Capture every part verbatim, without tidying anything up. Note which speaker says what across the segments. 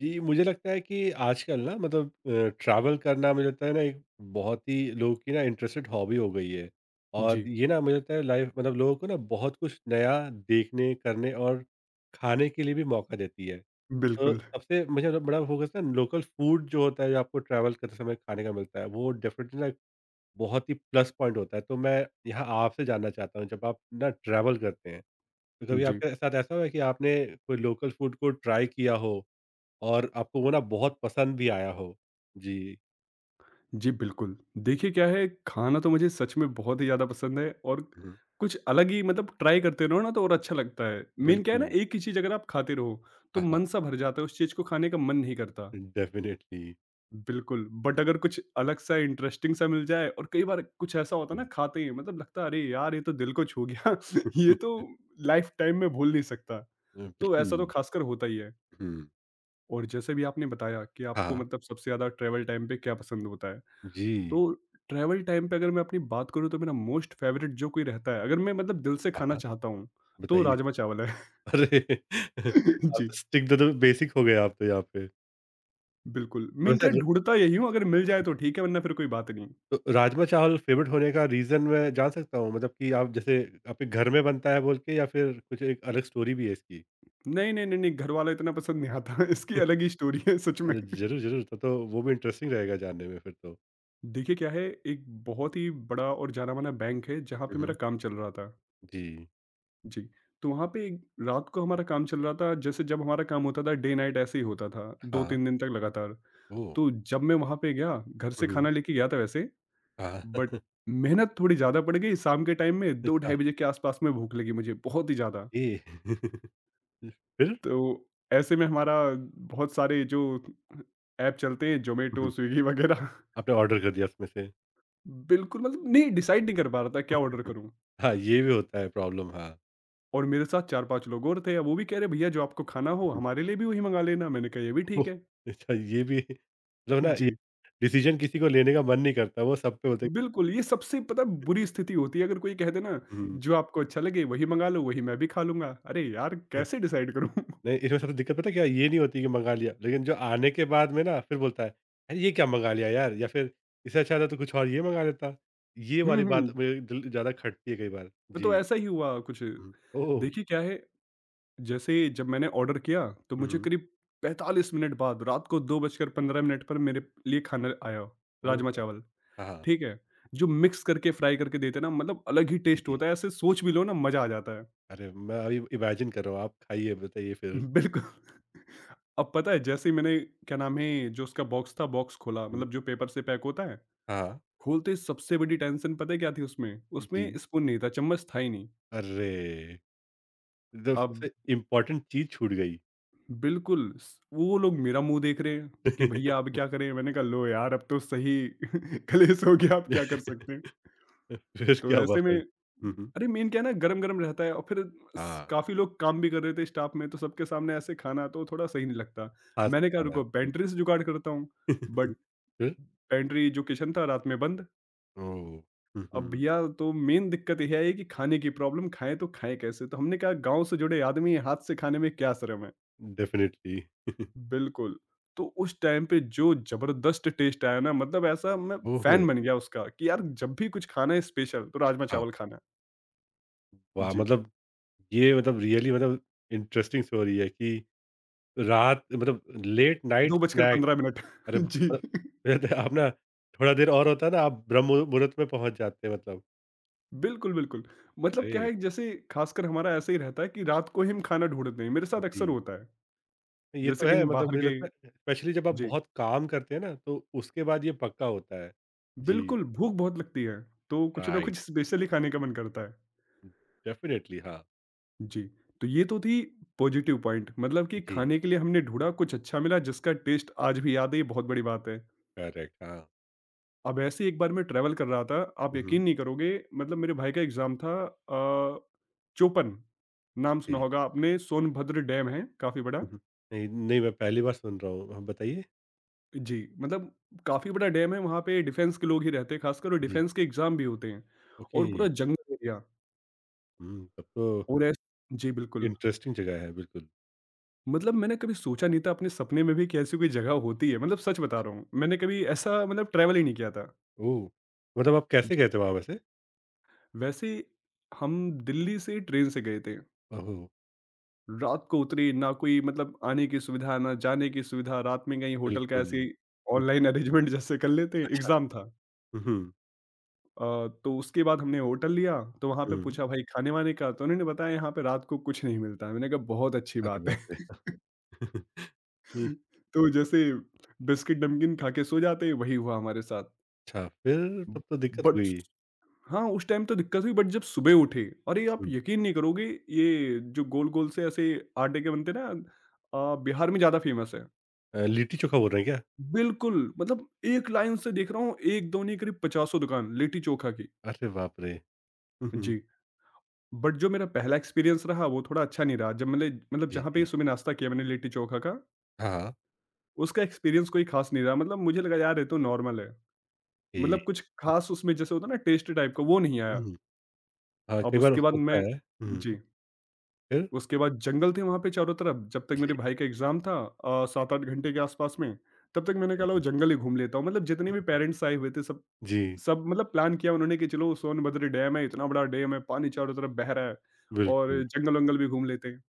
Speaker 1: जी, मुझे लगता है कि आजकल ना मतलब अ, ट्रैवल करना मुझे लगता है ना एक बहुत ही लोगों की ना इंटरेस्टेड हॉबी हो गई है। और
Speaker 2: जी।
Speaker 1: ये ना मुझे लगता है लाइफ मतलब लोगों को ना बहुत कुछ नया देखने, करने और खाने के लिए भी मौका देती है। तो
Speaker 2: बिल्कुल।
Speaker 1: सबसे मुझे मतलब बड़ा फोकस ना लोकल फूड जो होता है जो आपको ट्रैवल करते समय खाने का मिलता है, वो डेफ़िनेटली ना एक बहुत ही प्लस पॉइंट होता है। तो मैं यहाँ आपसे जानना चाहता हूँ जब आप ना ट्रैवल करते हैं, तो कभी
Speaker 2: जी।
Speaker 1: आपके साथ ऐसा हुआ है कि आपने कोई लोकल फूड को ट्राई किया हो? और आपको वो ना बहुत पसंद भी आया हो। जी।
Speaker 2: जी, बिल्कुल। देखिए क्या है, खाना तो मुझे सच में बहुत ही ज़्यादा पसंद है और
Speaker 1: हुँ,
Speaker 2: कुछ अलग ही मतलब ट्राई करते रहो ना तो और अच्छा लगता है। मेन क्या है ना,
Speaker 1: बिल्कुल।
Speaker 2: एक ही चीज़ अगर आप खाते रहो, तो
Speaker 1: हाँ, हाँ।
Speaker 2: मन सा भर जाता है, उस चीज़ को खाने का मन नहीं करता।
Speaker 1: डेफ़िनेटली।
Speaker 2: बिल्कुल, बट अगर कुछ अलग सा इंटरेस्टिंग सा मिल जाए और कई बार कुछ ऐसा होता है
Speaker 1: हुँ।
Speaker 2: ना,
Speaker 1: अ,
Speaker 2: खाते ही मतलब लगता है अरे यार! ये तो दिल को छू गया, ये तो लाइफ टाइम में भूल नहीं सकता। तो
Speaker 1: बिल्कुल।
Speaker 2: ऐसा तो खासकर होता ही है।
Speaker 1: हुँ।
Speaker 2: और जैसे भी आपने बताया कि आपको
Speaker 1: हाँ।
Speaker 2: मतलब सबसे ज़्यादा ट्रैवल टाइम पे क्या पसंद होता है?
Speaker 1: जी।
Speaker 2: तो ट्रैवल टाइम पे अगर मैं अपनी बात करूँ तो मेरा मोस्ट फेवरेट जो कोई रहता है, अगर मैं मतलब दिल से
Speaker 1: हाँ,
Speaker 2: खाना
Speaker 1: हाँ।
Speaker 2: चाहता हूँ तो
Speaker 1: बताइए।
Speaker 2: राजमा चावल है।
Speaker 1: अरे! आप
Speaker 2: जी।
Speaker 1: तो स्टिक टू द बेसिक हो गए आप तो यहाँ पे।
Speaker 2: बिल्कुल,
Speaker 1: तो
Speaker 2: मैं
Speaker 1: वैसे
Speaker 2: क्या
Speaker 1: र
Speaker 2: ढूंढता यही हूँ, अगर मिल जाए तो ठीक है वरना फिर कोई बात नहीं।
Speaker 1: तो राजमा चावल फ़ेवरेट होने का रीज़न मैं जान सकता हूँ? मतलब कि आप जैसे आपके घर में बनता है बोल के या फिर कुछ एक अलग स्टोरी भी है इसकी?
Speaker 2: नहीं नहीं नहीं नहीं, घर वाला इतना पसंद नहीं आता। इसकी अलग ही स्टोरी है, सच में।
Speaker 1: अरे! ज़रूर, ज़रूर। तब तो वो भी इंटरेस्टिंग रहेगा जानने में फिर तो।
Speaker 2: देखिए क्या है, एक बहुत ही बड़ा और जाना माना बैंक है जहाँ
Speaker 1: हुँ,
Speaker 2: पे मेरा
Speaker 1: हुँ।
Speaker 2: काम चल रहा था।
Speaker 1: जी।
Speaker 2: जी। तो वहाँ पे एक- रात को हमारा काम चल रहा था। जैसे, जब हमारा काम होता था डे नाइट ऐसे ही होता था, दो
Speaker 1: हाँ।
Speaker 2: तीन दिन तक लगातार।
Speaker 1: ओह!
Speaker 2: तो जब मैं वहाँ पे गया, घर
Speaker 1: हुँ,
Speaker 2: से
Speaker 1: हुँ।
Speaker 2: खाना लेके गया था वैसे,
Speaker 1: हाँ।
Speaker 2: बट मेहनत थोड़ी ज़्यादा पड़ गई। शाम के टाइम में दो
Speaker 1: अच्छा,
Speaker 2: ढाई बजे के आसपास में भूख लगी मुझे बहुत ही ज़्यादा।
Speaker 1: ये फिर?
Speaker 2: तो ऐसे में हमारा बहुत सारे जो ऐप चलते हैं,
Speaker 1: हुँ,
Speaker 2: ज़ोमैटो,
Speaker 1: हुँ।
Speaker 2: स्विगी वगैरह।
Speaker 1: आपने ऑर्डर कर दिया उसमें से।
Speaker 2: बिल्कुल मतलब नहीं, डिसाइड नहीं कर पा रहा था क्या ऑर्डर करूँ?
Speaker 1: हाँ, ये भी होता है प्रॉब्लम हाँ।
Speaker 2: और मेरे साथ चार पांच लोग और थे, अब वो भी कह रहे भैया जो आपको खाना
Speaker 1: हुँ,
Speaker 2: हो
Speaker 1: हुँ।
Speaker 2: हमारे लिए भी वही मँगा लेना। मैंने कहा ये भी
Speaker 1: ओह!
Speaker 2: ठीक है।
Speaker 1: अच्छा ये भी मतलब ना ये
Speaker 2: जी।
Speaker 1: डिसीज़न किसी को लेने का मन नहीं करता, वो सब पे बोलते हैं।
Speaker 2: बिल्कुल, ये सबसे पता है बुरी स्थिति होती है, अगर कोई कह दे ना
Speaker 1: हुँ,
Speaker 2: जो आपको अच्छा लगे वही मँगा लो, वही मैं भी खा लूँगा। अरे यार कैसे डिसाइड करूँ?
Speaker 1: नहीं, इसमें सबसे दिक्कत पता है क्या है? ये नहीं होती कि मँगा लिया, लेकिन जो आने के बाद में ना फिर बोलता है, "अरे! ये क्या मँगा लिया यार" या फिर इससे अच्छा था तो कुछ और ये मँगा लेता। ये
Speaker 2: हुँ,
Speaker 1: वाली
Speaker 2: हुँ।
Speaker 1: बात मेरे दिल ज़्यादा खटती है कई बार। जी।
Speaker 2: तो ऐसा ही हुआ कुछ।
Speaker 1: हुँ। ओह!
Speaker 2: देखिए क्या है, जैसे जब मैंने ऑर्डर किया तो
Speaker 1: हुँ,
Speaker 2: मुझे
Speaker 1: हुँ।
Speaker 2: करीब पैंतालीस मिनट बाद, रात को दो बजकर पंद्रह मिनट पर मेरे लिए खाना आया,
Speaker 1: ओह!
Speaker 2: राजमा-चावल,
Speaker 1: हाँ, हाँ।
Speaker 2: ठीक है? जो मिक्स करके फ्राई करके देते हैं ना, मतलब अलग ही
Speaker 1: जी,
Speaker 2: टेस्ट
Speaker 1: जी।
Speaker 2: होता है, ऐसे सोच भी लो ना मज़ा आ जाता है।
Speaker 1: अरे! मैं अभी इमेजिन कर रहा हूँ, आप खाइए बताइए फिर।
Speaker 2: बिल्कुल। अब पता है जैसे ही मैंने क्या नाम है जो उसका बॉक्स था, बॉक्स खोला
Speaker 1: हुँ।
Speaker 2: मतलब जो पेपर से पैक होता है,
Speaker 1: हाँ।
Speaker 2: खोलते ही सबसे बड़ी टेंशन पता है क्या थी उसमें?
Speaker 1: जी।
Speaker 2: उसमें स्पून नहीं था, चम्मच था ही नहीं।
Speaker 1: अरे! जब
Speaker 2: अब
Speaker 1: सबसे इम्पोर्टेंट चीज़ छूट गई।
Speaker 2: बिल्कुल स वो लोग मेरा मुँह देख रहे हैं कि भैया अब क्या करें? मैंने कहा लो यार अब तो सही कलेश हो गया, अब क्या कर सकते हैं?
Speaker 1: फिर
Speaker 2: तो
Speaker 1: क्या हुआ
Speaker 2: ऐसे में,
Speaker 1: फिर? हुँ, हुँ।
Speaker 2: अरे मेन क्या है ना गरम-गरम रहता है। और फिर स
Speaker 1: हाँ।
Speaker 2: काफ़ी लोग काम भी कर रहे थे स्टाफ में, तो सबके सामने ऐसे खाना तो थोड़ा सही नहीं लगता।
Speaker 1: हाथ से
Speaker 2: मैंने कहा
Speaker 1: खाना।
Speaker 2: रुको
Speaker 1: हुँ।
Speaker 2: पेंट्री से जुगाड़ करता हूँ, बट
Speaker 1: फिर?
Speaker 2: पेडेंट्री एजुकेशन था रात में बंद।
Speaker 1: ओह! हुँ,
Speaker 2: अब
Speaker 1: हुँ।
Speaker 2: भईया तो मेन दिक्कत ये आई कि खाने की प्रॉब्लम, खाएँ तो खाएँ कैसे? तो हमने कहा गाँव से जुड़े आदमी हैं, हाथ से खाने में क्या शर्म है।
Speaker 1: डेफ़िनिटली।
Speaker 2: बिल्कुल, तो उस टाइम पे जो ज़बरदस्त टेस्ट आया ना, मतलब ऐसा मैं
Speaker 1: ओहो!
Speaker 2: फैन बन गया उसका कि यार जब भी कुछ खाना है स्पेशल, तो राजमा
Speaker 1: हाँ।
Speaker 2: चावल खाना है।
Speaker 1: वाह!
Speaker 2: जी,
Speaker 1: मतलब ये मतलब रियली मतलब इंटरेस्टिंग स्टोरी है कि रात मतलब लेट नाइट
Speaker 2: दो बजकर
Speaker 1: स्नैक।
Speaker 2: पंद्रह मिनट।
Speaker 1: अरे!
Speaker 2: जी।
Speaker 1: मतलब आप ना थोड़ा देर और होता ना आप ब्रह्म मुहूर्त में पहुँच जाते हैं मतलब।
Speaker 2: बिल्कुल, बिल्कुल। मतलब क्या
Speaker 1: ग्रेट।
Speaker 2: है जैसे खासकर हमारा ऐसे ही रहता है कि रात को ही हम खाना ढूँढते हैं, मेरे साथ अक्सर
Speaker 1: जी।
Speaker 2: होता है।
Speaker 1: ये तो
Speaker 2: जैसे
Speaker 1: है
Speaker 2: कहीं
Speaker 1: मतलब
Speaker 2: बाहर
Speaker 1: मुझे
Speaker 2: गए।
Speaker 1: लगता है स्पेशली जब आप
Speaker 2: जी।
Speaker 1: बहुत काम करते हैं ना तो उसके बाद ये पक्का होता है। जी,
Speaker 2: बिल्कुल, भूख बहुत लगती है, तो कुछ ना
Speaker 1: राइट।
Speaker 2: कुछ स्पेशली खाने का मन करता है।
Speaker 1: डेफ़िनिटली हाँ।
Speaker 2: जी, तो ये तो थी पॉजिटिव पॉइंट, मतलब कि
Speaker 1: जी,
Speaker 2: खाने के लिए हमने ढूँढा, कुछ अच्छा मिला जिसका टेस्ट आज भी याद है, ये बहुत बड़ी बात है।
Speaker 1: करेक्ट हाँ।
Speaker 2: अब ऐसे ही एक बार मैं ट्रैवल कर रहा था, आप
Speaker 1: हुँ, हुँ।
Speaker 2: यकीन नहीं करोगे, मतलब मेरे भाई का एग्ज़ाम था। अ, चोपन, नाम
Speaker 1: ओके।
Speaker 2: सुना होगा आपने, सोनभद्र डैम है, काफ़ी बड़ा।
Speaker 1: हुँ, हुँ। नहीं, नहीं मैं पहली बार सुन रहा हूँ। हाँ, बताइए?
Speaker 2: जी, मतलब काफ़ी बड़ा डैम है, वहाँ पे डिफेंस के लोग ही रहते हैं खासकर, और
Speaker 1: जी।
Speaker 2: डिफेंस के एग्ज़ाम भी होते हैं,
Speaker 1: ओके।
Speaker 2: और पूरा जंगल एरिया,
Speaker 1: हुँ, तब तो
Speaker 2: और ऐस जी, बिल्कुल।
Speaker 1: इंटरेस्टिंग जगह है बिल्कुल।
Speaker 2: मतलब मैंने कभी सोचा नहीं था अपने सपने में भी कि ऐसी कोई जगह होती है, मतलब सच बता रहा हूँ मैंने कभी ऐसा मतलब ट्रैवल ही नहीं किया था।
Speaker 1: ओह! मतलब आप कैसे
Speaker 2: जी,
Speaker 1: गए थे वहाँ वैसे?
Speaker 2: वैसे हम दिल्ली से ट्रेन से गए थे,
Speaker 1: ओह!
Speaker 2: रात को उतरे, ना कोई मतलब आने की सुविधा ना जाने की सुविधा, रात में कहीं होटल का
Speaker 1: बिल्कुल।
Speaker 2: ऐसे
Speaker 1: हुँ,
Speaker 2: ऑनलाइन अरेंजमेंट जैसे कर लेते हैं,
Speaker 1: अच्छा।
Speaker 2: एग्जाम था।
Speaker 1: हुँ, हुँ,
Speaker 2: अ, तो उसके बाद हमने होटल लिया, तो वहाँ पे
Speaker 1: हुँ।
Speaker 2: पूछा भाई खाने वाने का, तो उन्होंने बताया यहाँ पे रात को कुछ नहीं मिलता है। मैंने कहा बहुत अच्छी
Speaker 1: अरे
Speaker 2: बात है।
Speaker 1: बाप रे! नहीं,
Speaker 2: तो जैसे बिस्किट नमकीन खा के सो जाते, वही हुआ हमारे साथ।
Speaker 1: अच्छा, फिर तब तो दिक्कत
Speaker 2: बट
Speaker 1: हुई।
Speaker 2: हाँ, उस टाइम तो दिक्कत हुई, बट जब सुबह उठे, अरे आप
Speaker 1: हुँ।
Speaker 2: यकीन नहीं करोगे, ये जो गोल-गोल से ऐसे आटे के बनते हैं ना, अ, बिहार में ज़्यादा फेमस है।
Speaker 1: अ, लिट्टी-चोखा बोल रहे हैं क्या?
Speaker 2: बिल्कुल, मतलब एक लाइन से देख रहा हूँ, एक दो नहीं करीब पचास दुकान लिट्टी चोखा की।
Speaker 1: अरे बाप रे! हुँ, हुँ।
Speaker 2: जी, बट जो मेरा पहला एक्सपीरियंस रहा वो थोड़ा अच्छा नहीं रहा। जब मैंने मतलब
Speaker 1: जी,
Speaker 2: जहाँ पे
Speaker 1: जी।
Speaker 2: सुबह नाश्ता किया मैंने लिट्टी चोखा का,
Speaker 1: हाँ, हाँ।
Speaker 2: उसका एक्सपीरियंस कोई खास नहीं रहा। मतलब मुझे लगा यार ये तो नॉर्मल है।
Speaker 1: जी।
Speaker 2: मतलब कुछ खास उसमें जैसे होता है ना टेस्ट टाइप का, वो नहीं आया।
Speaker 1: हुँ। हाँ,
Speaker 2: अब
Speaker 1: कई बार
Speaker 2: उसके बाद
Speaker 1: होता
Speaker 2: मैं।
Speaker 1: है। हुँ।
Speaker 2: जी।
Speaker 1: फिर?
Speaker 2: उसके बाद जंगल थे वहाँ पे चारों तरफ, जब तक मेरे
Speaker 1: जी,
Speaker 2: भाई का एग्ज़ाम था, अ, सात आठ घंटे के आसपास में, तब तक मैंने कहा लो
Speaker 1: अरे!
Speaker 2: जंगल ही घूम लेता हूँ। मतलब जितने भी
Speaker 1: हुँ।
Speaker 2: पेरेंट्स आए हुए थे सब
Speaker 1: जी,
Speaker 2: सब मतलब प्लान किया उन्होंने कि चलो सोनभद्र डैम है, इतना बड़ा डैम है, पानी चारों तरफ बह रहा है, और
Speaker 1: बिल्कुल।
Speaker 2: जंगल-वंगल भी घूम लेते हैं।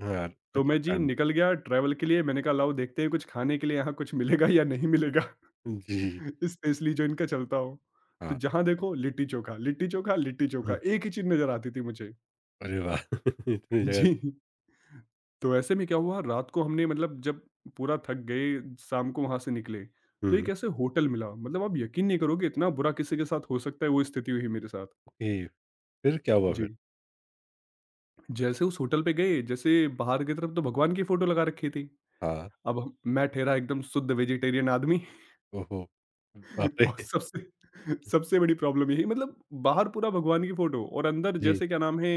Speaker 1: हाँ, यार
Speaker 2: तो
Speaker 1: अच्छा
Speaker 2: मैं जी
Speaker 1: प्लान।
Speaker 2: निकल गया ट्रैवल के लिए, मैंने कहा लाओ देखते हैं कुछ खाने के लिए यहाँ कुछ मिलेगा या नहीं मिलेगा।
Speaker 1: जी,
Speaker 2: स्पेशली जो इनका चलता हो। तो
Speaker 1: हाँ।
Speaker 2: जहाँ देखो लिट्टी-चोखा, लिट्टी-चोखा, लिट्टी-चोखा,
Speaker 1: हुँ।
Speaker 2: एक ही चीज़ नज़र आती थी मुझे।
Speaker 1: अरे वाह! इतनी जगह।
Speaker 2: जी। तो ऐसे में क्या हुआ, रात को हमने मतलब जब पूरा थक गए, शाम को वहां से निकले, तो एक
Speaker 1: हुँ।
Speaker 2: ऐसे होटल मिला, मतलब आप यकीन नहीं करोगे इतना बुरा किसी के साथ हो सकता है, वो स्थिति हुई मेरे साथ।
Speaker 1: ओके, फिर क्या हुआ फिर?
Speaker 2: जी, जैसे उस होटल पे गए, जैसे बाहर की तरफ तो भगवान की फोटो लगा रखी थी,
Speaker 1: हाँ,
Speaker 2: अब हम- मैं ठहरा एकदम शुद्ध वेजिटेरियन आदमी।
Speaker 1: ओहो! बाप रे!
Speaker 2: और सबसे सबसे बड़ी प्रॉब्लम यही मतलब बाहर पूरा भगवान की फोटो और अंदर
Speaker 1: जी।
Speaker 2: जैसे क्या नाम है।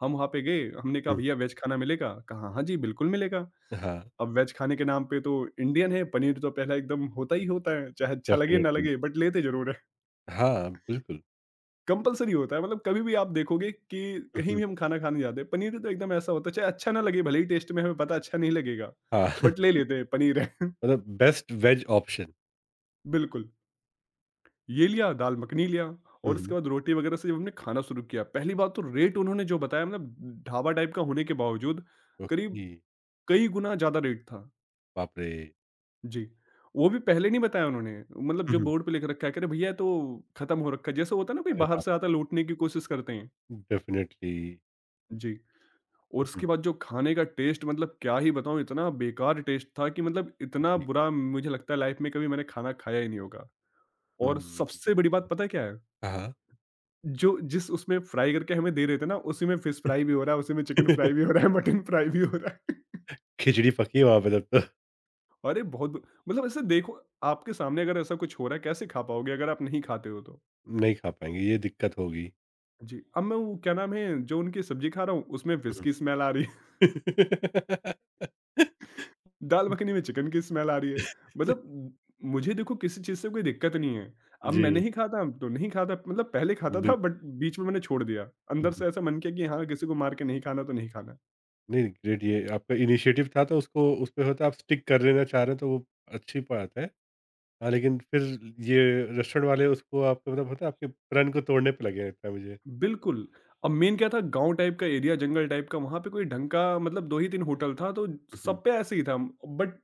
Speaker 2: हम वहां पे गए, हमने कहा
Speaker 1: हुँ।
Speaker 2: भैया वेज खाना मिलेगा, कहा हाँ जी बिल्कुल मिलेगा।
Speaker 1: हाँ,
Speaker 2: अब वेज खाने के नाम पे तो इंडियन है, पनीर तो पहला एकदम होता ही होता है, चाहे अच्छा लगे ना
Speaker 1: डेफ़िनिटली।
Speaker 2: लगे बट लेते ज़रूर हैं।
Speaker 1: हाँ, बिल्कुल।
Speaker 2: कंपल्सरी होता है, मतलब कभी भी आप देखोगे कि
Speaker 1: हुँ,
Speaker 2: कहीं
Speaker 1: हुँ।
Speaker 2: भी हम खाना खाने जाते हैं, पनीर तो एकदम ऐसा होता है, चाहे अच्छा ना लगे, भले ही टेस्ट में हमें पता अच्छा नहीं लगेगा,
Speaker 1: हाँ,
Speaker 2: बट ले लेते हैं, पनीर है।
Speaker 1: मतलब बेस्ट वेज ऑप्शन।
Speaker 2: बिल्कुल, ये लिया, दाल मखनी लिया,
Speaker 1: हुँ,
Speaker 2: और उसके
Speaker 1: हुँ।
Speaker 2: बाद रोटी वगैरह से जब हमने खाना शुरू किया, पहली बात तो रेट उन्होंने जो बताया, मतलब ढाबा टाइप का होने के बावजूद करीब
Speaker 1: ओके,
Speaker 2: कई गुना ज़्यादा रेट था।
Speaker 1: बाप रे!
Speaker 2: जी। वो भी पहले नहीं बताया उन्होंने, मतलब
Speaker 1: हुँ,
Speaker 2: जो
Speaker 1: हुँ।
Speaker 2: बोर्ड पे लिख रखा है, कह रहे भैया ये तो खत्म हो रखा है, जैसे होता है ना कोई
Speaker 1: अरे
Speaker 2: बाहर
Speaker 1: बाप!
Speaker 2: से आता है लूटने की कोशिश करते हैं।
Speaker 1: डेफ़िनिटली।
Speaker 2: जी, और उसके बाद जो खाने का टेस्ट, मतलब क्या ही बताऊँ, इतना बेकार टेस्ट था कि, मतलब इतना
Speaker 1: जी।
Speaker 2: बुरा मुझे लगता है लाइफ में कभी मैंने खाना खाया ही नहीं होगा। और
Speaker 1: हुँ,
Speaker 2: सबसे बड़ी बात पता है क्या है?
Speaker 1: हाँ, हाँ।
Speaker 2: जो जिस उसमें फ्राई करके हमें दे रहे थे ना, उसी में फिश फ्राई भी हो रहा है, उसी में चिकन फ्राई भी हो रहा है, मटन फ्राई भी हो रहा है।
Speaker 1: खिचड़ी पकी है वहाँ पे तब तो।
Speaker 2: अरे बहुत, मतलब ऐसे देखो आपके सामने अगर ऐसा कुछ हो रहा है, कैसे खा पाओगे अगर आप नहीं खाते हो तो?
Speaker 1: नहीं खा पाएँगे, ये दिक्कत होगी।
Speaker 2: जी, अब मैं वो क्या नाम है, जो उनकी सब्ज़ी खा रहा हूँ, उसमें फ़िश
Speaker 1: हुँ।
Speaker 2: की स्मेल आ रही है, दाल मखनी में चिकन की स्मेल आ रही है। मतलब मुझे देखो किसी चीज़ से कोई दिक्कत नहीं है। अब मैं
Speaker 1: जी,
Speaker 2: नहीं खाता अब तो नहीं खाता मतलब पहले खाता था
Speaker 1: बिल्क
Speaker 2: बट बीच में मैंने छोड़ दिया।
Speaker 1: हुँ,
Speaker 2: अंदर
Speaker 1: हुँ।
Speaker 2: से ऐसा मन किया कि हाँ, किसी को मार के नहीं खाना तो नहीं खाना।
Speaker 1: नहीं, ग्रेट ये आपका इनिशिएटिव था तो उसको उसपे होता है आप स्टिक कर लेना चाह रहे हैं तो वो अच्छी बात है। हाँ, लेकिन फिर ये रेस्टोरेंट वाले उसको आपको मतलब होता है आपके प्रण को तोड़ने पे लगे लगता है मुझे।
Speaker 2: बिल्कुल। अब मेन क्या था गाँव टाइप का एरिया, जंगल टाइप का, वहाँ पे कोई ढंग का मतलब दो ही तीन होटल था तो
Speaker 1: हुँ, हुँ।
Speaker 2: सब पे ऐसे ही था। बट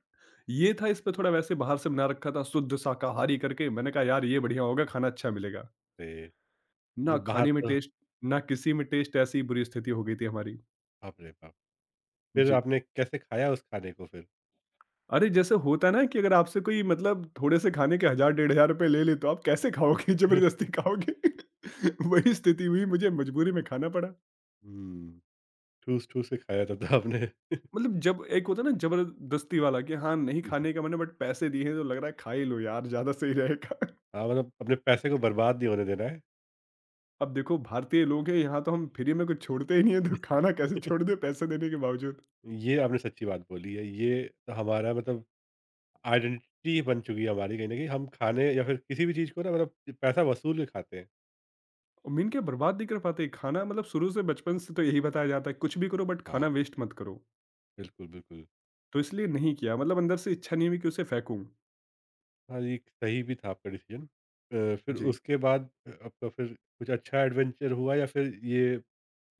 Speaker 2: ये था, इस पे थोड़ा वैसे बाहर से बना रखा था शुद्ध शाकाहारी करके। मैंने कहा यार ये बढ़िया होगा, खाना अच्छा मिलेगा।
Speaker 1: ते
Speaker 2: ना
Speaker 1: मतलब बाहर
Speaker 2: खाने में
Speaker 1: तो
Speaker 2: टेस्ट ना किसी में टेस्ट, ऐसी बुरी स्थिति हो गई थी हमारी।
Speaker 1: बाप रे बाप! फिर
Speaker 2: जी।
Speaker 1: आपने कैसे खाया उस खाने को फिर?
Speaker 2: अरे जैसे होता है ना कि अगर आपसे कोई मतलब थोड़े से खाने के एक हज़ार डेढ़ हज़ार रुपए ले ले तो आप कैसे खाओगे? ज़बरदस्ती खाओगे। वही स्थिति हुई, मुझे मजबूरी में खाना पड़ा।
Speaker 1: हुँ, ठूस-ठूस के खाया तब तो आपने।
Speaker 2: मतलब जब एक होता है ना ज़बरदस्ती वाला कि हाँ, नहीं खाने का मन है बट पैसे दिए हैं तो लग रहा है खा ही लो यार, ज़्यादा सही रहेगा।
Speaker 1: हाँ, मतलब अपने पैसे को बर्बाद नहीं होने देना है।
Speaker 2: अब देखो भारतीय लोग हैं यहाँ, तो हम फ्री में कुछ छोड़ते ही नहीं है तो खाना कैसे छोड़ दें पैसे देने के बावजूद।
Speaker 1: ये आपने सच्ची बात बोली है। ये तो हमारा मतलब आइडेंटिटी बन चुकी है हमारी कहीं न कहीं। हम खाने या फिर किसी भी चीज़ को ना मतलब पैसा वसूल के खाते हैं।
Speaker 2: और मीन क्या, बर्बाद नहीं कर पाते खाना, मतलब शुरू से बचपन से तो यही बताया जाता है कुछ भी करो बट
Speaker 1: हाँ।
Speaker 2: खाना वेस्ट मत करो,
Speaker 1: बिल्कुल, बिल्कुल।
Speaker 2: तो इसलिए नहीं किया। मतलब अंदर से इच्छा नहीं हुई कि उसे फेंकूं।
Speaker 1: हाँ, ये सही भी था आपका डिसीज़न। अ, फिर
Speaker 2: जी।
Speaker 1: उसके बाद आपका फिर कुछ अच्छा एडवेंचर हुआ या फिर ये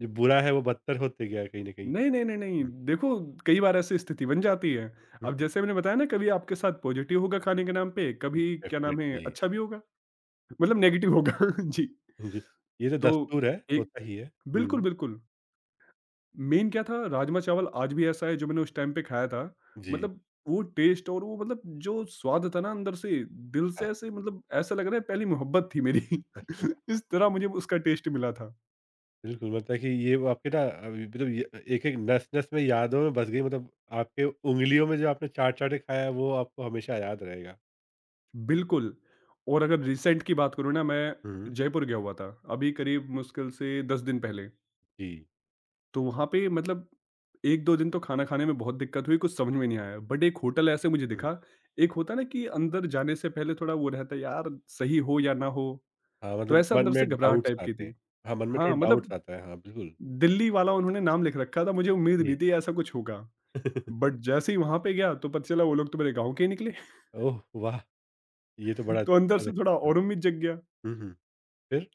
Speaker 1: जो बुरा है वो बदतर होते गया कहीं न कहीं?
Speaker 2: नहीं नहीं नहीं नहीं,
Speaker 1: हुँ,
Speaker 2: देखो कई बार ऐसी स्थिति बन जाती है।
Speaker 1: हुँ,
Speaker 2: अब
Speaker 1: हुँ,
Speaker 2: जैसे मैंने बताया ना, कभी आपके साथ पॉजिटिव होगा खाने के नाम पे, कभी क्या नाम है
Speaker 1: डेफ़िनिटली।
Speaker 2: अच्छा भी होगा, मतलब नेगेटिव होगा। जी।
Speaker 1: जी, ये तो
Speaker 2: तो
Speaker 1: दस्तूर है,
Speaker 2: एक
Speaker 1: होता ही है।
Speaker 2: बिल्कुल
Speaker 1: हुँ,
Speaker 2: बिल्कुल, मेन क्या था राजमा चावल आज भी ऐसा है जो मैंने उस टाइम पे खाया था।
Speaker 1: जी।
Speaker 2: मतलब वो टेस्ट और वो मतलब जो स्वाद था ना, अंदर से दिल से,
Speaker 1: हाँ।
Speaker 2: ऐसे मतलब ऐसा लग रहा है पहली मोहब्बत थी मेरी। इस तरह मुझे उसका टेस्ट मिला था।
Speaker 1: बिल्कुल, मतलब कि ये वो आपके ना अभी मतलब ये एक-एक नस-नस में यादों में बस गई मतलब आपके उँगलियों में जो आपने चाट-चाट के खाया है वो आपको हमेशा याद रहेगा।
Speaker 2: बिल्कुल। और अगर रिसेंट की बात करूँ ना मैं,
Speaker 1: हुँ।
Speaker 2: जयपुर गया हुआ था। अभी करीब मुश्किल से दस दिन पहले।
Speaker 1: जी।
Speaker 2: तो वहाँ पे मतलब एक दो दिन तो खाना खाने में बहुत दिक्कत हुई, कुछ समझ में नहीं आया। बट एक होटल ऐसे मुझे
Speaker 1: हुँ।
Speaker 2: दिखा। एक होता है ना कि अंदर जाने से पहले थोड़ा वो रहता है यार, सही हो या ना हो।
Speaker 1: हाँ,
Speaker 2: तो
Speaker 1: मतलब
Speaker 2: ऐसा
Speaker 1: मन
Speaker 2: अंदर
Speaker 1: में
Speaker 2: से घबराहट
Speaker 1: डाउट्स
Speaker 2: टाइप की
Speaker 1: आते हैं।
Speaker 2: थी।
Speaker 1: हाँ, मन में
Speaker 2: हाँ,
Speaker 1: थोड़ा डाउट्स
Speaker 2: मतलब
Speaker 1: आता है। हाँ, बिल्कुल।
Speaker 2: दिल्ली वाला उन्होंने नाम लिख रखा था, मुझे उम्मीद
Speaker 1: जी।
Speaker 2: नहीं थी ऐसा कुछ होगा। बट जैसे ही वहाँ पे गया तो पता चला वो लोग तो मेरे गाँव के ही निकले।
Speaker 1: ओह वाह! ये तो बड़ा
Speaker 2: तो अंदर
Speaker 1: अच्छा
Speaker 2: से
Speaker 1: अच्छा
Speaker 2: थोड़ा
Speaker 1: था।
Speaker 2: और उम्मीद जग गया।
Speaker 1: हुँ, हुँ। फिर?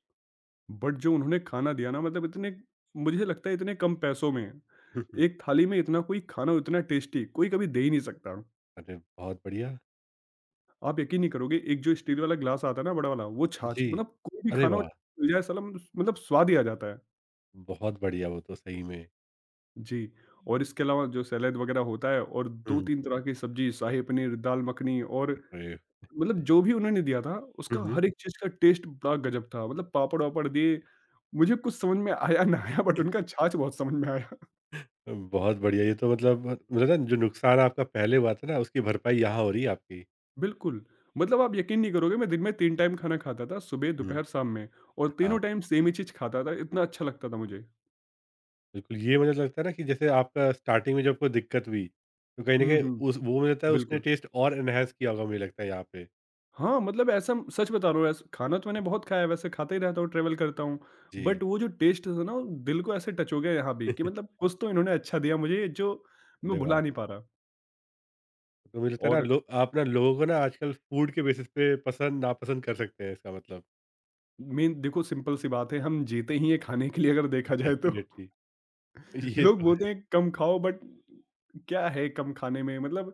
Speaker 2: बट जो उन्होंने खाना दिया ना, मतलब इतने, मुझे लगता है इतने कम पैसों में,
Speaker 1: हुँ, हुँ।
Speaker 2: एक थाली में इतना कोई खाना, इतना टेस्टी कोई कभी दे ही नहीं सकता।
Speaker 1: अरे, बहुत बढ़िया।
Speaker 2: आप यकीन नहीं करोगे, एक जो स्टील वाला ग्लास आता है ना बड़ा वाला, वो छाछ,
Speaker 1: जी।
Speaker 2: मतलब कोई भी
Speaker 1: अरे
Speaker 2: खाना हो
Speaker 1: वाह!
Speaker 2: मिल जाए साला, मतलब स्वाद ही आ जाता है।
Speaker 1: बहुत बढ़िया वो तो सही में।
Speaker 2: जी। और इसके अलावा जो सैलेड वगैरह होता है और
Speaker 1: हुँ।
Speaker 2: दो तीन तरह की सब्ज़ी, शाही पनीर, दाल मखनी और
Speaker 1: अरे!
Speaker 2: मतलब जो भी उन्होंने दिया था,
Speaker 1: हुँ,
Speaker 2: उसका
Speaker 1: हुँ।
Speaker 2: हर एक चीज़ का टेस्ट बड़ा गज़ब था। मतलब पापड़-वापड़ दिए, मुझे कुछ समझ में आया ना आया, बट उनका छाछ बहुत समझ में आया।
Speaker 1: बहुत बढ़िया, ये तो मतलब मतलब ना जो नुकसान आपका पहले हुआ था ना, उसकी भरपाई यहाँ हो रही है आपकी।
Speaker 2: बिल्कुल। मतलब आप यकीन नहीं करोगे, मैं दिन में तीन टाइम खाना खाता था, सुबह,
Speaker 1: हुँ।
Speaker 2: दोपहर, शाम में, और
Speaker 1: हाँ,
Speaker 2: तीनों टाइम सेम ही चीज़ खाता था, इतना अच्छा लगता था मुझे।
Speaker 1: बिल्कुल ये मुझे लगता है ना कि जैसे आपका स्टार्टिंग में जब आपको दिक्कत हुई, तो कहीं न
Speaker 2: हुँ,
Speaker 1: कहीं
Speaker 2: हुँ,
Speaker 1: उस वो मुझे लगता है उसने
Speaker 2: बिल्कुल।
Speaker 1: टेस्ट और एनहांस किया होगा मुझे लगता है यहाँ पे।
Speaker 2: हाँ, मतलब ऐसा म- सच बता रहा हूँ, ऐस खाना तो मैंने बहुत खाया है, वैसे खाता ही रहता हूँ, ट्रैवल करता हूँ।
Speaker 1: जी।
Speaker 2: बट वो जो टेस्ट था ना, वो दिल को ऐसे टच हो गया यहाँ भी कि मतलब कुछ तो इन्होंने अच्छा दिया मुझे जो मैं
Speaker 1: अरे वाह!
Speaker 2: भुला नहीं पा रहा।
Speaker 1: तो मुझे लगता है ना
Speaker 2: और
Speaker 1: लो आप ना लोगों को ना आजकल फूड के बेसिस पे पसंद नापसंद कर सकते हैं इसका मतलब,
Speaker 2: मेन देखो सिंपल सी बात है, हम जीते ही हैं खाने के लिए अगर देखा जाए तो।
Speaker 1: डेफ़िनिटली। ये
Speaker 2: लोग
Speaker 1: तो
Speaker 2: बोलते
Speaker 1: है,
Speaker 2: हैं कम खाओ, बट क्या है कम खाने में? मतलब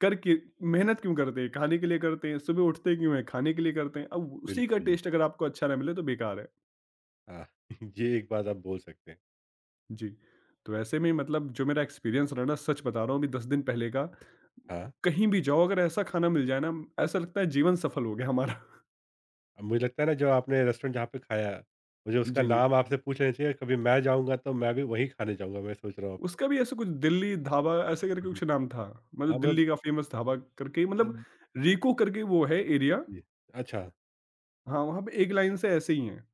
Speaker 2: कर के मेहनत क्यों करते हैं? खाने के लिए करते हैं। सुबह उठते क्यों हैं? खाने के लिए करते हैं। अब उसी का
Speaker 1: बिल्कुल।
Speaker 2: टेस्ट अगर आपको अच्छा ना मिले तो बेकार है।
Speaker 1: हाँ, ये एक बात आप बोल सकते हैं।
Speaker 2: जी। तो ऐसे में मतलब जो मेरा एक्सपीरियंस रहा ना, सच बता रहा हूँ अभी दस दिन पहले का,
Speaker 1: हाँ।
Speaker 2: कहीं भी जाओ अगर ऐसा खाना मिल जाए ना, ऐसा लगता है जीवन सफल हो गया हमारा।
Speaker 1: अब मुझे लगता है ना जो आपने रेस्टोरेंट जहाँ पे खाया, मुझे उसका
Speaker 2: जी, जी।
Speaker 1: नाम आपसे पूछ लेना चाहिए, कभी मैं जाऊँगा तो मैं भी वहीं खाने जाऊँगा, मैं सोच रहा हूँ अब तो।
Speaker 2: उसका भी ऐसा कुछ दिल्ली ढाबा ऐसे करके
Speaker 1: हुँ, हुँ।
Speaker 2: कुछ नाम था।
Speaker 1: हाँ,
Speaker 2: मतलब
Speaker 1: मतलब
Speaker 2: दिल्ली का फेमस ढाबा करके,
Speaker 1: अ,
Speaker 2: मतलब रीको करके वो है एरिया।
Speaker 1: जी, अच्छा,
Speaker 2: हाँ, वहाँ पे एक लाइन से ऐसे ही हैं।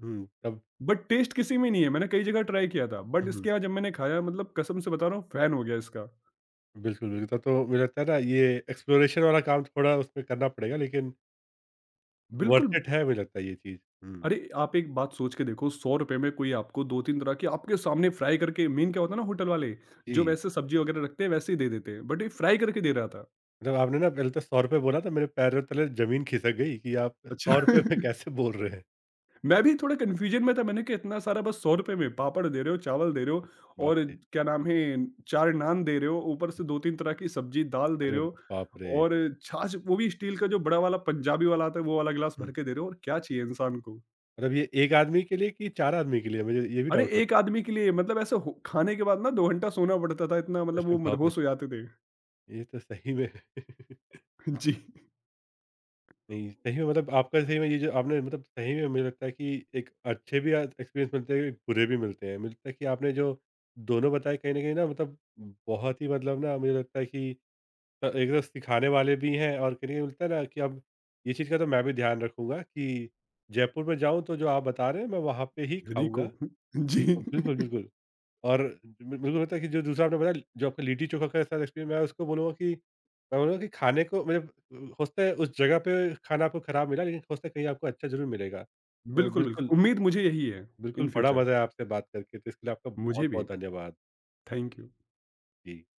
Speaker 1: हुँ, तब
Speaker 2: बट टेस्ट किसी में नहीं है। मैंने कई जगह ट्राई किया था
Speaker 1: हुँ,
Speaker 2: बट इसके
Speaker 1: हुँ।
Speaker 2: यहाँ जब मैंने खाया, मतलब कसम से बता रहा हूँ, फैन हो गया इसका।
Speaker 1: बिल्कुल, बिल्कुल, तब तो मुझे लगता है ना ये एक्सप्लोरेशन वाला काम थोड़ा उसमें करना पड़ेगा लेकिन वर्थ
Speaker 2: बिल्कुल।
Speaker 1: इट है मुझे लगता है ये चीज़। हुँ,
Speaker 2: अरे, आप एक बात सोच के देखो, सौ रुपए में कोई आपको दो तीन तरह के आपके सामने फ्राई करके, मेन क्या होता है ना होटल वाले जो
Speaker 1: जी,
Speaker 2: वैसे सब्ज़ी वगैरह रखते हैं वैसे ही दे देते हैं, बट ये फ्राई करके दे रहा था।
Speaker 1: मतलब आपने ना पहले तो ₹सौ बोला था मेरे पैरों तले ज़मीन खिसक गई कि आप ₹सौ
Speaker 2: अच्छा।
Speaker 1: में कैसे बोल रहे हैं?
Speaker 2: मैं भी थोड़ा कन्फ्यूज़न में था, मैंने कहा इतना सारा बस सौ रुपए में पापड़ दे रहे हो, चावल दे रहे हो
Speaker 1: बाप
Speaker 2: और
Speaker 1: रे!
Speaker 2: क्या नाम है चार नान दे रहे हो, ऊपर से दो तीन तरह की सब्ज़ी, दाल दे
Speaker 1: अरे
Speaker 2: रहे हो
Speaker 1: बाप रे!
Speaker 2: और छाछ, वो भी स्टील का जो बड़ा वाला पंजाबी वाला आता है वो वाला गिलास
Speaker 1: हुँ,
Speaker 2: भर के दे रहे हो, और क्या चाहिए इंसान को।
Speaker 1: मतलब ये एक आदमी के लिए कि चार आदमी के लिए? मुझे ये भी
Speaker 2: अरे!
Speaker 1: डाउट हो।
Speaker 2: एक आदमी के लिए, मतलब ऐसे हो खाने के बाद ना दो घंटा सोना पड़ता था, इतना मतलब
Speaker 1: अरे
Speaker 2: वो
Speaker 1: बाप रे!
Speaker 2: मदहोश हो जाते थे।
Speaker 1: ये तो सही में
Speaker 2: जी।
Speaker 1: नहीं, सही में मतलब आपका सही में ये जो आपने मतलब सही में मुझे लगता है कि एक अच्छे भी आज एक्सपीरियंस मिलते हैं, एक बुरे भी मिलते हैं। मुझे लगता है कि आपने जो दोनों बताए कहीं न कहीं ना मतलब बहुत ही मतलब ना मुझे लगता है कि अ, एक तरफ सिखाने वाले भी हैं और कहीं न कहीं मिलता है ना कि अब ये चीज़ का तो मैं भी ध्यान रखूँगा कि जयपुर में जाऊँ तो जो आप बता रहे हैं मैं वहाँ पे ही
Speaker 2: रिको
Speaker 1: खाऊँगा।
Speaker 2: जी।
Speaker 1: जी, बिल्कुल, बिल्कुल। और मे मेरे को लगता है कि जो दूसरा आपने बताया जो आपका लिट्टी चोखा का साथ एक्सपीरियंस मैं उसको बोलूँगा कि मैं बोलूँगा कि खाने को मतलब हो सकता है उस जगह पे खाना आपको खराब मिला लेकिन हो सकता है कहीं आपको अच्छा ज़रूर मिलेगा। तो
Speaker 2: बिल्कुल,
Speaker 1: बिल्कुल,
Speaker 2: बिल्कुल। उम्मीद मुझे यही है
Speaker 1: बिल्कुल
Speaker 2: इन
Speaker 1: बड़ा
Speaker 2: फ्यूचर।
Speaker 1: मज़ा आया आपसे बात करके तो इसके लिए आपका
Speaker 2: मुझे
Speaker 1: बहुत-बहुत
Speaker 2: भी।
Speaker 1: धन्यवाद।
Speaker 2: Thank you.
Speaker 1: जी।